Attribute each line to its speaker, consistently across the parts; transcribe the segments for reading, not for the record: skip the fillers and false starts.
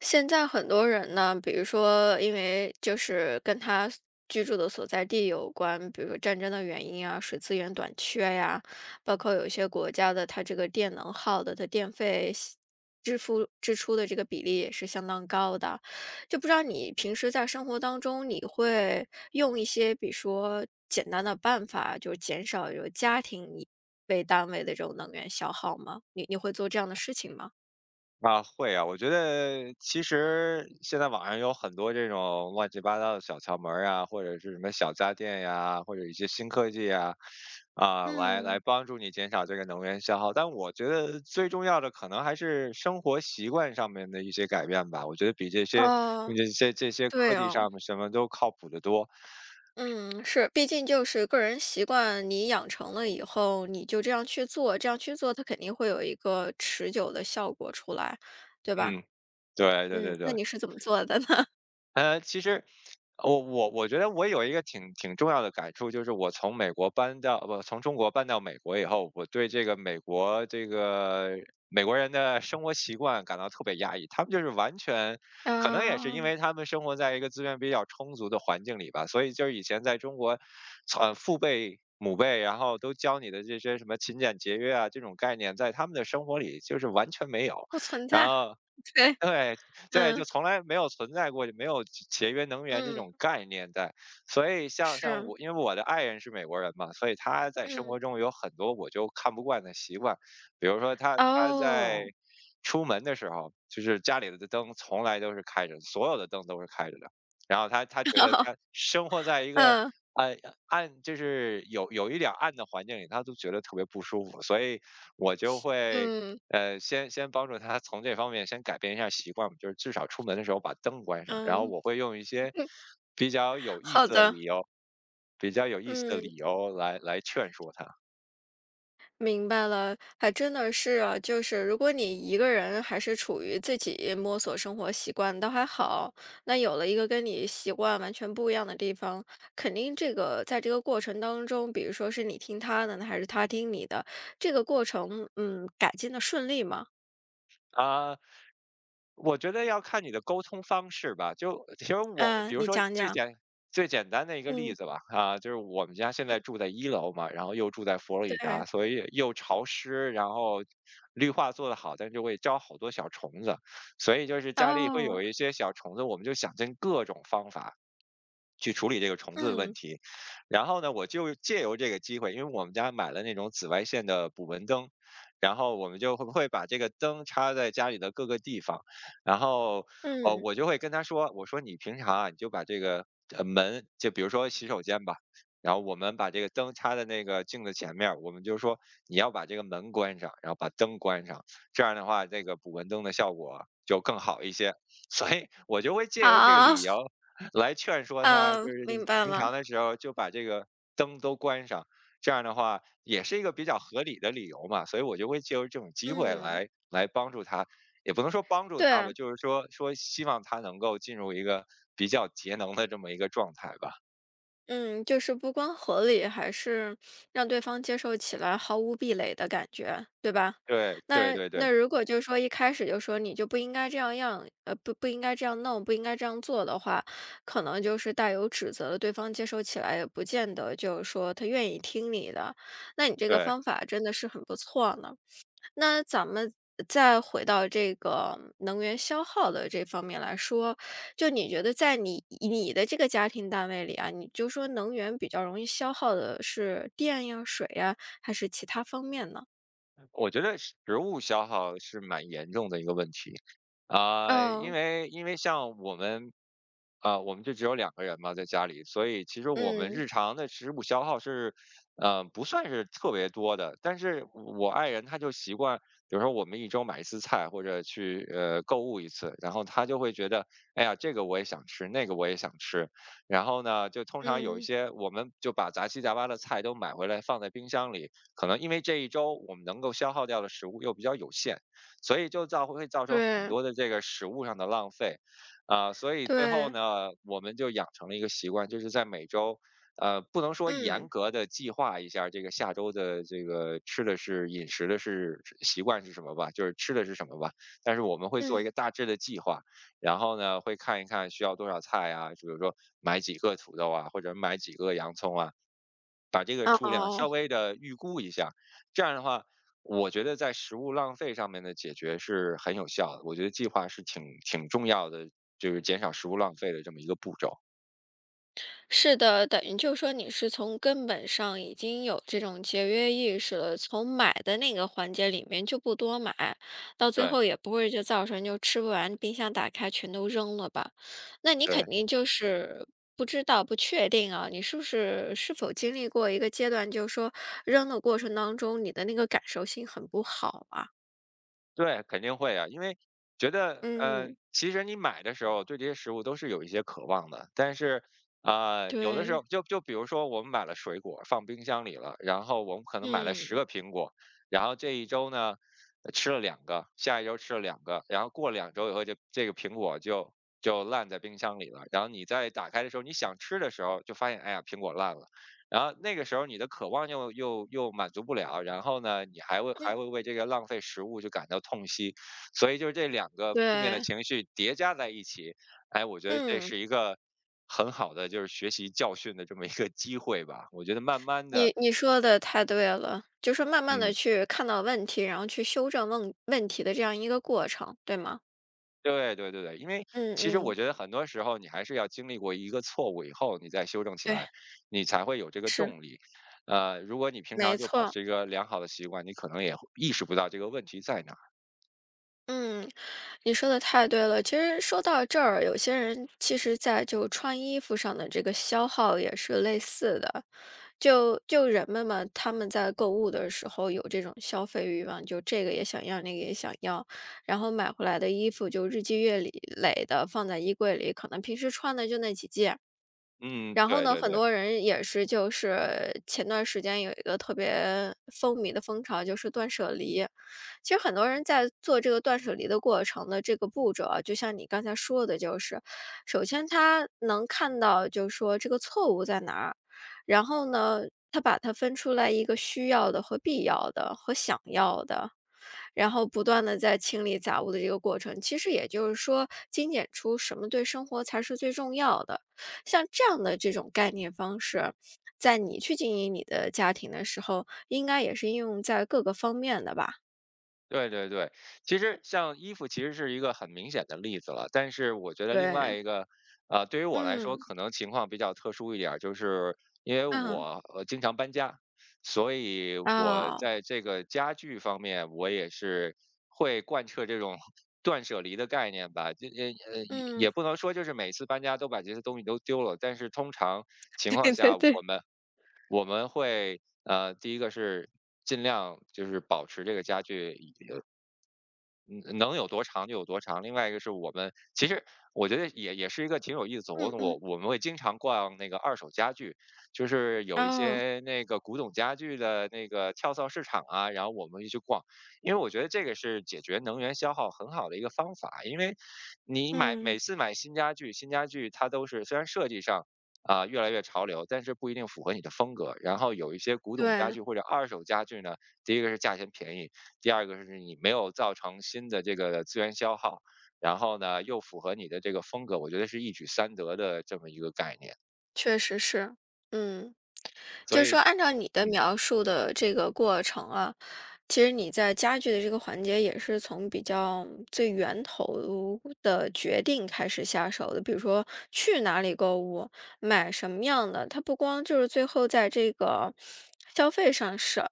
Speaker 1: 现在很多人呢，比如说，因为就是跟他居住的所在地有关，比如说战争的原因啊，水资源短缺呀，包括有一些国家的它这个电能耗的它电费吸支付支出的这个比例也是相当高的。就不知道你平时在生活当中，你会用一些比如说简单的办法，就减少有家庭以为单位的这种能源消耗吗？你会做这样的事情吗？
Speaker 2: 啊，会啊。我觉得其实现在网上有很多这种乱七八糟的小窍门儿啊，或者是什么小家电呀，或者一些新科技呀，来
Speaker 1: 嗯，
Speaker 2: 帮助你减少这个能源消耗。但我觉得最重要的可能还是生活习惯上面的一些改变吧，我觉得比这些
Speaker 1: 哦。
Speaker 2: 科
Speaker 1: 对
Speaker 2: 技
Speaker 1: 哦，
Speaker 2: 上面什么都靠谱得多。
Speaker 1: 嗯，是，毕竟就是个人习惯，你养成了以后，你就这样去做，这样去做，它肯定会有一个持久的效果出来，对吧？
Speaker 2: 嗯，对对
Speaker 1: 嗯，
Speaker 2: 对
Speaker 1: 那
Speaker 2: 对。
Speaker 1: 你是怎么做的呢？
Speaker 2: 其实我觉得我有一个挺重要的感触，就是我从美国搬到不从中国搬到美国以后，我对这个美国人的生活习惯感到特别压抑。他们就是完全，可能也是因
Speaker 1: 呃，
Speaker 2: 为他们生活在一个资源比较充足的环境里吧，所以就是以前在中国，父辈、母辈，然后都教你的这些什么勤俭节约啊，这种概念，在他们的生活里就是完全没有。
Speaker 1: 不存
Speaker 2: 然
Speaker 1: 在，
Speaker 2: 后
Speaker 1: 对，
Speaker 2: 对，对，就
Speaker 1: 嗯
Speaker 2: 从来没有存在过，就没有节约能源这
Speaker 1: 嗯，
Speaker 2: 种概念在。所以像
Speaker 1: 是，
Speaker 2: 我，因为我的爱人是美国人嘛，所以他在生
Speaker 1: 嗯，
Speaker 2: 活中有很多我就看不惯的习惯。比如说他在
Speaker 1: 哦，
Speaker 2: 出门的时候，就是家里的灯从来都是开着的，所有的灯都是开着的。然后他觉得 他生活在一个，
Speaker 1: 嗯
Speaker 2: 呃，暗，就是有一点儿暗的环境里，他都觉得特别不舒服。所以我就会，
Speaker 1: 嗯
Speaker 2: 先帮助他从这方面先改变一下习惯吧，就是至少出门的时候把灯关上，然后
Speaker 1: 嗯，
Speaker 2: 我会用一些比较有意
Speaker 1: 好
Speaker 2: 思的
Speaker 1: 的，
Speaker 2: 理由，比较有意思的
Speaker 1: 嗯。
Speaker 2: 理由来劝说他。
Speaker 1: 明白了，还真的是啊，就是如果你一个人还是处于自己摸索生活习惯，倒还好。那有了一个跟你习惯完全不一样的地方，肯定这个在这个过程当中，比如说是你听他的呢，还是他听你的，这个过程，嗯，改进的顺利吗？
Speaker 2: 啊，我觉得要看你的沟通方式吧。就其实我，比
Speaker 1: 嗯，
Speaker 2: 如
Speaker 1: 你
Speaker 2: 说
Speaker 1: 讲讲。
Speaker 2: 最简单的一个例
Speaker 1: 嗯，
Speaker 2: 子吧，啊，就是我们家现在住在一楼嘛，然后又住在佛罗里达，
Speaker 1: 对，
Speaker 2: 所以又潮湿，然后绿化做得好，但就会招好多小虫子，所以就是家里会
Speaker 1: 哦，
Speaker 2: 有一些小虫子，我们就想尽各种方法去处理这个虫子的问
Speaker 1: 嗯
Speaker 2: 题。然后呢，我就借由这个机会，因为我们家买了那种紫外线的捕蚊灯，然后我们就会把这个灯插在家里的各个地方，然后，哦，
Speaker 1: 嗯，
Speaker 2: 我就会跟他说，我说你平常啊，你就把这个门，就比如说洗手间吧。然后我们把这个灯插在那个镜子前面儿，我们就说你要把这个门关上，然后把灯关上，这样的话，这个捕蚊灯的效果就更好一些。所以我就会借由这个
Speaker 1: 好，
Speaker 2: 理 由，来劝说他，就
Speaker 1: 嗯，
Speaker 2: 是
Speaker 1: 明白
Speaker 2: 平常
Speaker 1: 了，
Speaker 2: 的时候就把这个灯都关上，这样的话也是一个比较合理的理由嘛。所以我就会借由这种机会
Speaker 1: 嗯，
Speaker 2: 来帮助他，也不能说帮助他吧，
Speaker 1: 对。
Speaker 2: 就是说希望他能够进入一个比较节能的这么一个状态吧。
Speaker 1: 嗯，就是不光合理，还是让对方接受起来毫无壁垒的感觉，对吧？
Speaker 2: 对对
Speaker 1: 那
Speaker 2: 对对
Speaker 1: 那如果就是说一开始就说你就不应该这样样，不不应该这样弄，不应该这样做的话，可能就是带有指责的，对方接受起来也不见得就是说他愿意听你的。那你这个
Speaker 2: 对，
Speaker 1: 方法真的是很不错呢。那咱们再回到这个能源消耗的这方面来说，就你觉得在你的这个家庭单位里啊，你就说能源比较容易消耗的是电呀、水呀，还是其他方面呢？
Speaker 2: 我觉得食物消耗是蛮严重的一个问题。啊、因
Speaker 1: 哦，
Speaker 2: 为因为像我们啊，我们就只有两个人嘛，在家里，所以其实我们
Speaker 1: 嗯，
Speaker 2: 日常的食物消耗是，不算是特别多的。但是我爱人他就习惯，比如说我们一周买一次菜，或者去，购物一次，然后他就会觉得，哎呀，这个我也想吃，那个我也想吃。然后呢，就通常有一
Speaker 1: 嗯，
Speaker 2: 些我们就把杂七杂八的菜都买回来放在冰箱里，可能因为这一周我们能够消耗掉的食物又比较有限，所以会造成很
Speaker 1: 对，
Speaker 2: 多的这个食物上的浪费。啊，所以最后
Speaker 1: 对，
Speaker 2: 呢，我们就养成了一个习惯，就是在每周，不能说严
Speaker 1: 嗯，
Speaker 2: 格的计划一下这个下周的这个吃的是习惯是什么吧，就是吃的是什么吧。但是我们会做一
Speaker 1: 嗯，
Speaker 2: 个大致的计划，然后呢，会看一看需要多少菜啊，就比如说买几个土豆啊，或者买几个洋葱啊，把这个数量稍
Speaker 1: 哦。
Speaker 2: 微的预估一下。这样的话，我觉得在食物浪费上面的解决是很有效的，我觉得计划是挺重要的，就是减少食物浪费的这么一个步骤。
Speaker 1: 是的，等于就说你是从根本上已经有这种节约意识了，从买的那个环节里面就不多买，到最后
Speaker 2: 对
Speaker 1: 也不会就造成就吃不完，冰箱打开全都扔了吧？那你肯
Speaker 2: 对。
Speaker 1: 定就是不知道、不确定啊，你是不是是否经历过一个阶段，就是说扔的过程当中，你的那个感受性很不好啊？
Speaker 2: 对，肯定会啊。因为觉得，
Speaker 1: 嗯，
Speaker 2: 其实你买的时候对这些食物都是有一些渴望的，但是，有的时候
Speaker 1: 对，
Speaker 2: 就比如说我们买了水果放冰箱里了，然后我们可能买了十
Speaker 1: 嗯
Speaker 2: 个苹果，然后这一周呢，吃了两个，下一周吃了两个，然后过两周以后，就这个苹果就烂在冰箱里了，然后你再打开的时候，你想吃的时候就发现，哎呀，苹果烂了。然后那个时候你的渴望又满足不了，然后呢，你还会还
Speaker 1: 嗯，
Speaker 2: 会为这个浪费食物就感到痛惜，所以就是这两个负面的
Speaker 1: 对，
Speaker 2: 情绪叠加在一起。哎，我觉得这
Speaker 1: 嗯。
Speaker 2: 是一个很好的就是学习教训的这么一个机会吧。我觉得慢慢的，
Speaker 1: 你说的太对了，就是慢慢的
Speaker 2: 嗯，
Speaker 1: 去看到问题，然后去修正问题的这样一个过程，对吗？
Speaker 2: 对对对对。因为
Speaker 1: 嗯
Speaker 2: 其实我
Speaker 1: 嗯，
Speaker 2: 觉得很多时候你还是要经历过一个错误以后，你再修正起
Speaker 1: 对，
Speaker 2: 来，你才会有这个
Speaker 1: 是，
Speaker 2: 动力。如果你平常
Speaker 1: 没
Speaker 2: 就保
Speaker 1: 错。
Speaker 2: 持一个良好的习惯，你可能也会意识不到这个问题在哪儿。
Speaker 1: 嗯，你说的太对了。其实说到这儿，有些人其实在就穿衣服上的这个消耗也是类似的。就人们嘛，他们在购物的时候有这种消费欲望，就这个也想要，那个也想要，然后买回来的衣服就日积月累的放在衣柜里，可能平时穿的就那几件，
Speaker 2: 嗯，
Speaker 1: 然后
Speaker 2: 对
Speaker 1: 呢，
Speaker 2: 对
Speaker 1: 很
Speaker 2: 对，
Speaker 1: 多人也是，就是前段时间有一个特别风靡的风潮，就是断舍离。其实很多人在做这个断舍离的过程的这个步骤啊，就像你刚才说的，就是首先他能看到，就是说这个错误在哪儿，然后呢，他把它分出来一个需要的和必要的和想要的，然后不断的在清理杂物的这个过程，其实也就是说精简出什么对生活才是最重要的。像这样的这种概念方式，在你去经营你的家庭的时候，应该也是应用在各个方面的吧？
Speaker 2: 对对对。其实像衣服其实是一个很明显的例子了，但是我觉得另外
Speaker 1: 对。
Speaker 2: 一个，对于我来说
Speaker 1: 嗯，
Speaker 2: 可能情况比较特殊一点儿，就是因为
Speaker 1: 啊，
Speaker 2: 我经常搬家，所以我
Speaker 1: 哦，
Speaker 2: 在这个家具方面，我也是会贯彻这种 断舍离的概念吧。这也
Speaker 1: 嗯，
Speaker 2: 也不能说就是每次搬家都把这些东西都丢了，但是通常 情况
Speaker 1: 对对
Speaker 2: 下，
Speaker 1: 对，
Speaker 2: 我们会，第一个是尽量就是保持这个家具，呃嗯，能有多长就有多长。另外一个是我们其实，我觉得也也是一个挺有意思的活
Speaker 1: 嗯
Speaker 2: 动，
Speaker 1: 嗯，
Speaker 2: 我们会经常逛那个二手家具，就是有一
Speaker 1: 哦，
Speaker 2: 些那个古董家具的那个跳蚤市场啊，然后我们就去逛，因为我觉得这个是解决能源消耗很好的一个方法。因为你每
Speaker 1: 嗯，
Speaker 2: 次买新家具，新家具它都是虽然设计上啊、越来越潮流，但是不一定符合你的风格。然后有一些古董家
Speaker 1: 对。
Speaker 2: 具或者二手家具呢，第一个是价钱便宜，第二个是你没有造成新的这个资源消耗，然后呢又符合你的这个风格，我觉得是一举三得的这么一个概念。
Speaker 1: 确实是，嗯。就
Speaker 2: 所
Speaker 1: 是
Speaker 2: 以，
Speaker 1: 说按照你的
Speaker 2: 嗯，
Speaker 1: 描述的这个过程啊，其实你在家具的这个环节也是从比较最源头的决定开始下手的。比如说去哪里购物，买什么样的，它不光就是最后在这个消费上省，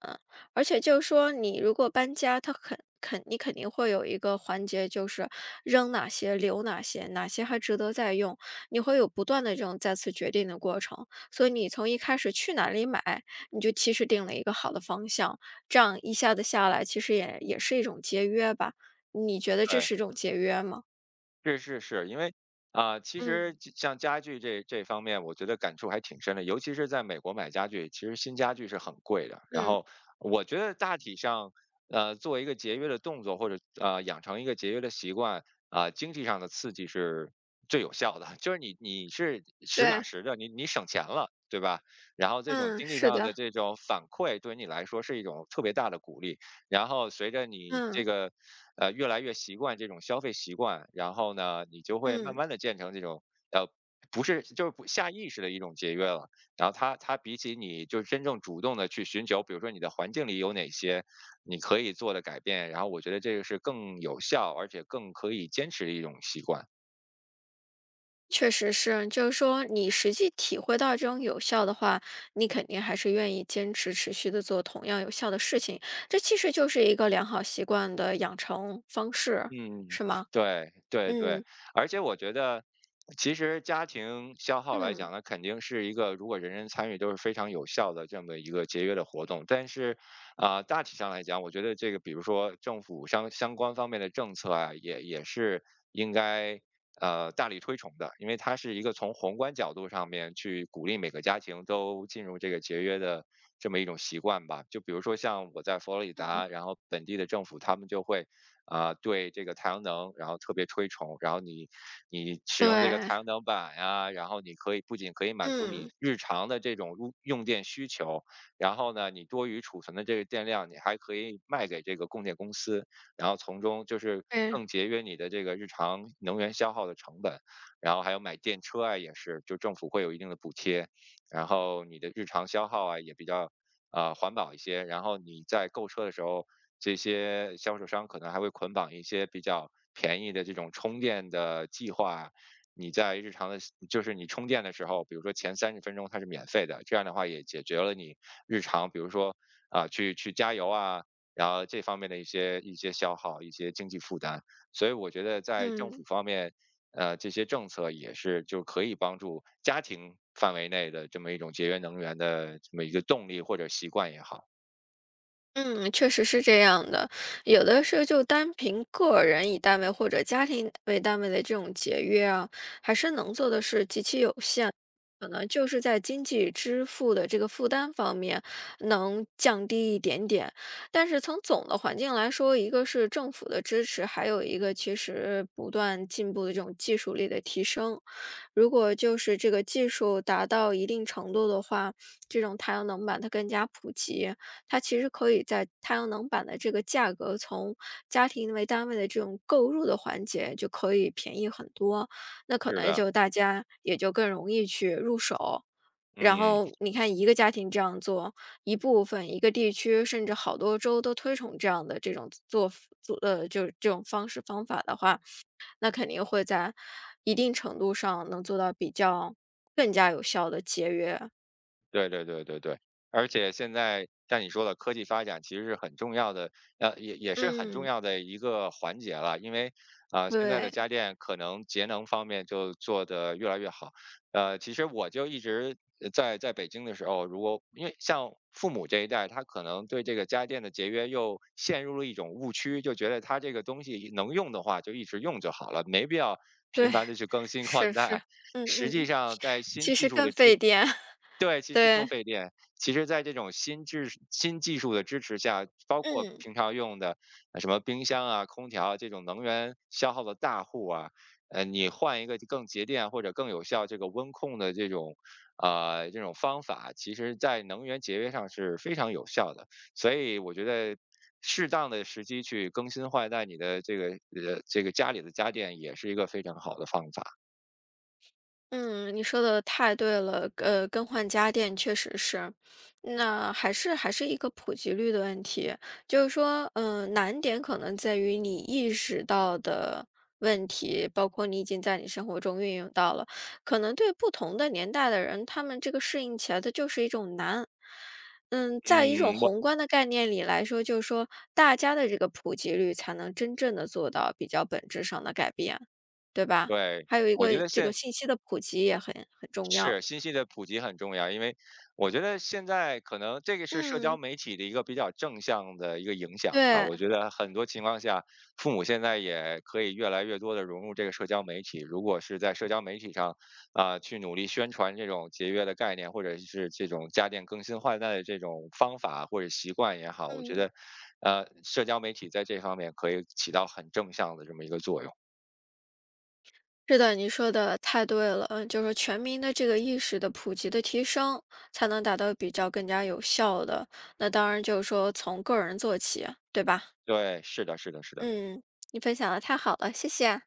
Speaker 1: 而且就是说你如果搬家，它肯你肯定会有一个环节，就是扔哪些，留哪些，哪些还值得再用。你会有不断的这种再次决定的过程，所以你从一开始去哪里买，你就其实定了一个好的方向，这样一下子下来，其实也是一种节约吧？你觉得这
Speaker 2: 对。
Speaker 1: 是一种节约吗？
Speaker 2: 是是是，因为啊、其实
Speaker 1: 嗯
Speaker 2: 就像家具这方面，我觉得感触还挺深的，尤其是在美国买家具，其实新家具是很贵的。然
Speaker 1: 嗯，
Speaker 2: 后我觉得大体上，做一个节约的动作，或者养成一个节约的习惯，啊、经济上的刺激是最有效的，就是你是实打
Speaker 1: 对，
Speaker 2: 实的，你省钱了，对吧？然后这种
Speaker 1: 嗯，
Speaker 2: 经济
Speaker 1: 是
Speaker 2: 上
Speaker 1: 的，
Speaker 2: 的这种反馈，对你来说是一种特别大的鼓励。然后随着你这
Speaker 1: 嗯
Speaker 2: 个越来越习惯这种消费习惯，然后呢，你就会慢
Speaker 1: 嗯，
Speaker 2: 慢的建成这种呃。不是，就是不下意识的一种节约了。然后它比起你就是真正主动的去寻求，比如说你的环境里有哪些你可以做的改变，然后我觉得这个是更有效，而且更可以坚持的一种习惯。
Speaker 1: 确实是，就是说你实际体会到这种有效的话，你肯定还是愿意坚持持续的做同样有效的事情，这其实就是一个良好习惯的养成方式，
Speaker 2: 嗯，
Speaker 1: 是吗？
Speaker 2: 对对对，
Speaker 1: 嗯
Speaker 2: 而且我觉得，其实家庭消耗来
Speaker 1: 嗯。
Speaker 2: 讲呢，肯定是一个如果人人参与都是非常有效的这么一个节约的活动。但是，大体上来讲，我觉得这个比如说政府相关方面的政策啊，也是应该大力推崇的，因为它是一个从宏观角度上面去鼓励每个家庭都进入这个节约的这么一种习惯吧。就比如说像我在佛罗里
Speaker 1: 嗯，
Speaker 2: 达，然后本地的政府他们就会，对这个太阳能，然后特别推崇。然后你使用这个
Speaker 1: 对，
Speaker 2: 太阳能板呀，然后你可以不仅可以满足你
Speaker 1: 嗯，
Speaker 2: 日常的这种用电需求，然后呢，你多余储存的这个电量，你还可以卖给这个供电公司，然后从中就是
Speaker 1: 对，
Speaker 2: 更节约你的这个日常能源消耗的成本。然后还有买电车啊，也是，就政府会有一定的补贴，然后你的日常消耗啊也比较环保一些。然后你在购车的时候，这些销售商可能还会捆绑一些比较便宜的这种充电的计划。你在日常的，就是你充电的时候，比如说前30分钟它是免费的，这样的话也解决了你日常，比如说去加油啊，然后这方面的一些消耗、一些经济负担。所以我觉得在政府
Speaker 1: 嗯。
Speaker 2: 方面，呃，这些政策也是就可以帮助家庭范围内的这么一种节约能源的这么一个动力或者习惯也好。
Speaker 1: 嗯，确实是这样的。有的时候就单凭个人以单位或者家庭为单位的这种节约啊，还是能做的事极其有限。可能就是在经济支付的这个负担方面能降低一点点，但是从总的环境来说，一个是政府的支持，还有一个其实不断进步的这种技术力的提升。如果就是这个技术达到一定程度的话，这种太阳能板它更加普及，它其实可以在太阳能板的这个价格从家庭为单位的这种购入的环节就可以便宜很多，那可
Speaker 2: 是
Speaker 1: 能
Speaker 2: 的，
Speaker 1: 就大家也就更容易去入手。然
Speaker 2: 嗯。
Speaker 1: 后你看一个家庭这样做，一部分一个地区甚至好多州都推崇这样的这种做，就是这种方式方法的话，那肯定会在一定程度上能做到比较更加有效的节约。
Speaker 2: 对对对对对，而且现在像你说的，科技发展其实是很重要的，呃，也是很重
Speaker 1: 嗯，
Speaker 2: 要的一个环节了。因为，呃，现在的
Speaker 1: 对。
Speaker 2: 家电可能节能方面就做得越来越好。呃，其实我就一直在北京的时候，如果因为像父母这一代，他可能对这个家电的节约又陷入了一种误区，就觉得他这个东西能用的话就一直用就好了，没必要频
Speaker 1: 对，
Speaker 2: 繁的去更新 换
Speaker 1: 是是，
Speaker 2: 代。
Speaker 1: 嗯
Speaker 2: 实
Speaker 1: 嗯
Speaker 2: 际
Speaker 1: 嗯，
Speaker 2: 上，在新
Speaker 1: 其
Speaker 2: 技
Speaker 1: 实
Speaker 2: 术的
Speaker 1: 更
Speaker 2: 支
Speaker 1: 费电，
Speaker 2: 对，其实更
Speaker 1: 对，
Speaker 2: 费电。其实在这种新技术的支持下，包括
Speaker 1: 嗯。
Speaker 2: 平常用的什么冰箱啊、空调啊这种能源消耗的大户啊，呃，你换一个更节电或者更有效这个温控的这种这种方法，其实在能源节约上是非常有效的。所以我觉得，适当的时机去更新换代你的这个这个家里的家电也是一个非常好的方法。
Speaker 1: 嗯，你说的太对了，更换家电确实是，那还是一个普及率的问题，就是说，嗯、难点可能在于你意识到的问题，包括你已经在你生活中运用到了，可能对不同的年代的人，他们这个适应起来的就是一种难。嗯，在一种
Speaker 2: 嗯，我
Speaker 1: 宏观的概念里来说，就是说，大家的这个普及率才能真正的做到比较本质上的改变，对吧？
Speaker 2: 对
Speaker 1: 还有一
Speaker 2: 我觉
Speaker 1: 个
Speaker 2: 得
Speaker 1: 这个
Speaker 2: 现
Speaker 1: 信息的普及也很重要。
Speaker 2: 是，信息的普及很重要，因为我觉得现在可能这个是社交
Speaker 1: 嗯，
Speaker 2: 媒体的一个比较正向的一个影响吧。
Speaker 1: 对，
Speaker 2: 我觉得很多情况下，父母现在也可以越来越多的融入这个社交媒体。如果是在社交媒体上去努力宣传这种节约的概念，或者是这种家电更新换代的这种方法或者习惯也好，我觉
Speaker 1: 嗯。
Speaker 2: 得呃，社交媒体在这方面可以起到很正向的这么一个作用。
Speaker 1: 是的，你说的太对了，嗯，就是全民的这个意识的普及的提升，才能达到比较更加有效的，那当然就是说从个人做起啊，对吧？
Speaker 2: 对，是的，是的，是的。
Speaker 1: 嗯，你分享的太好了，谢谢。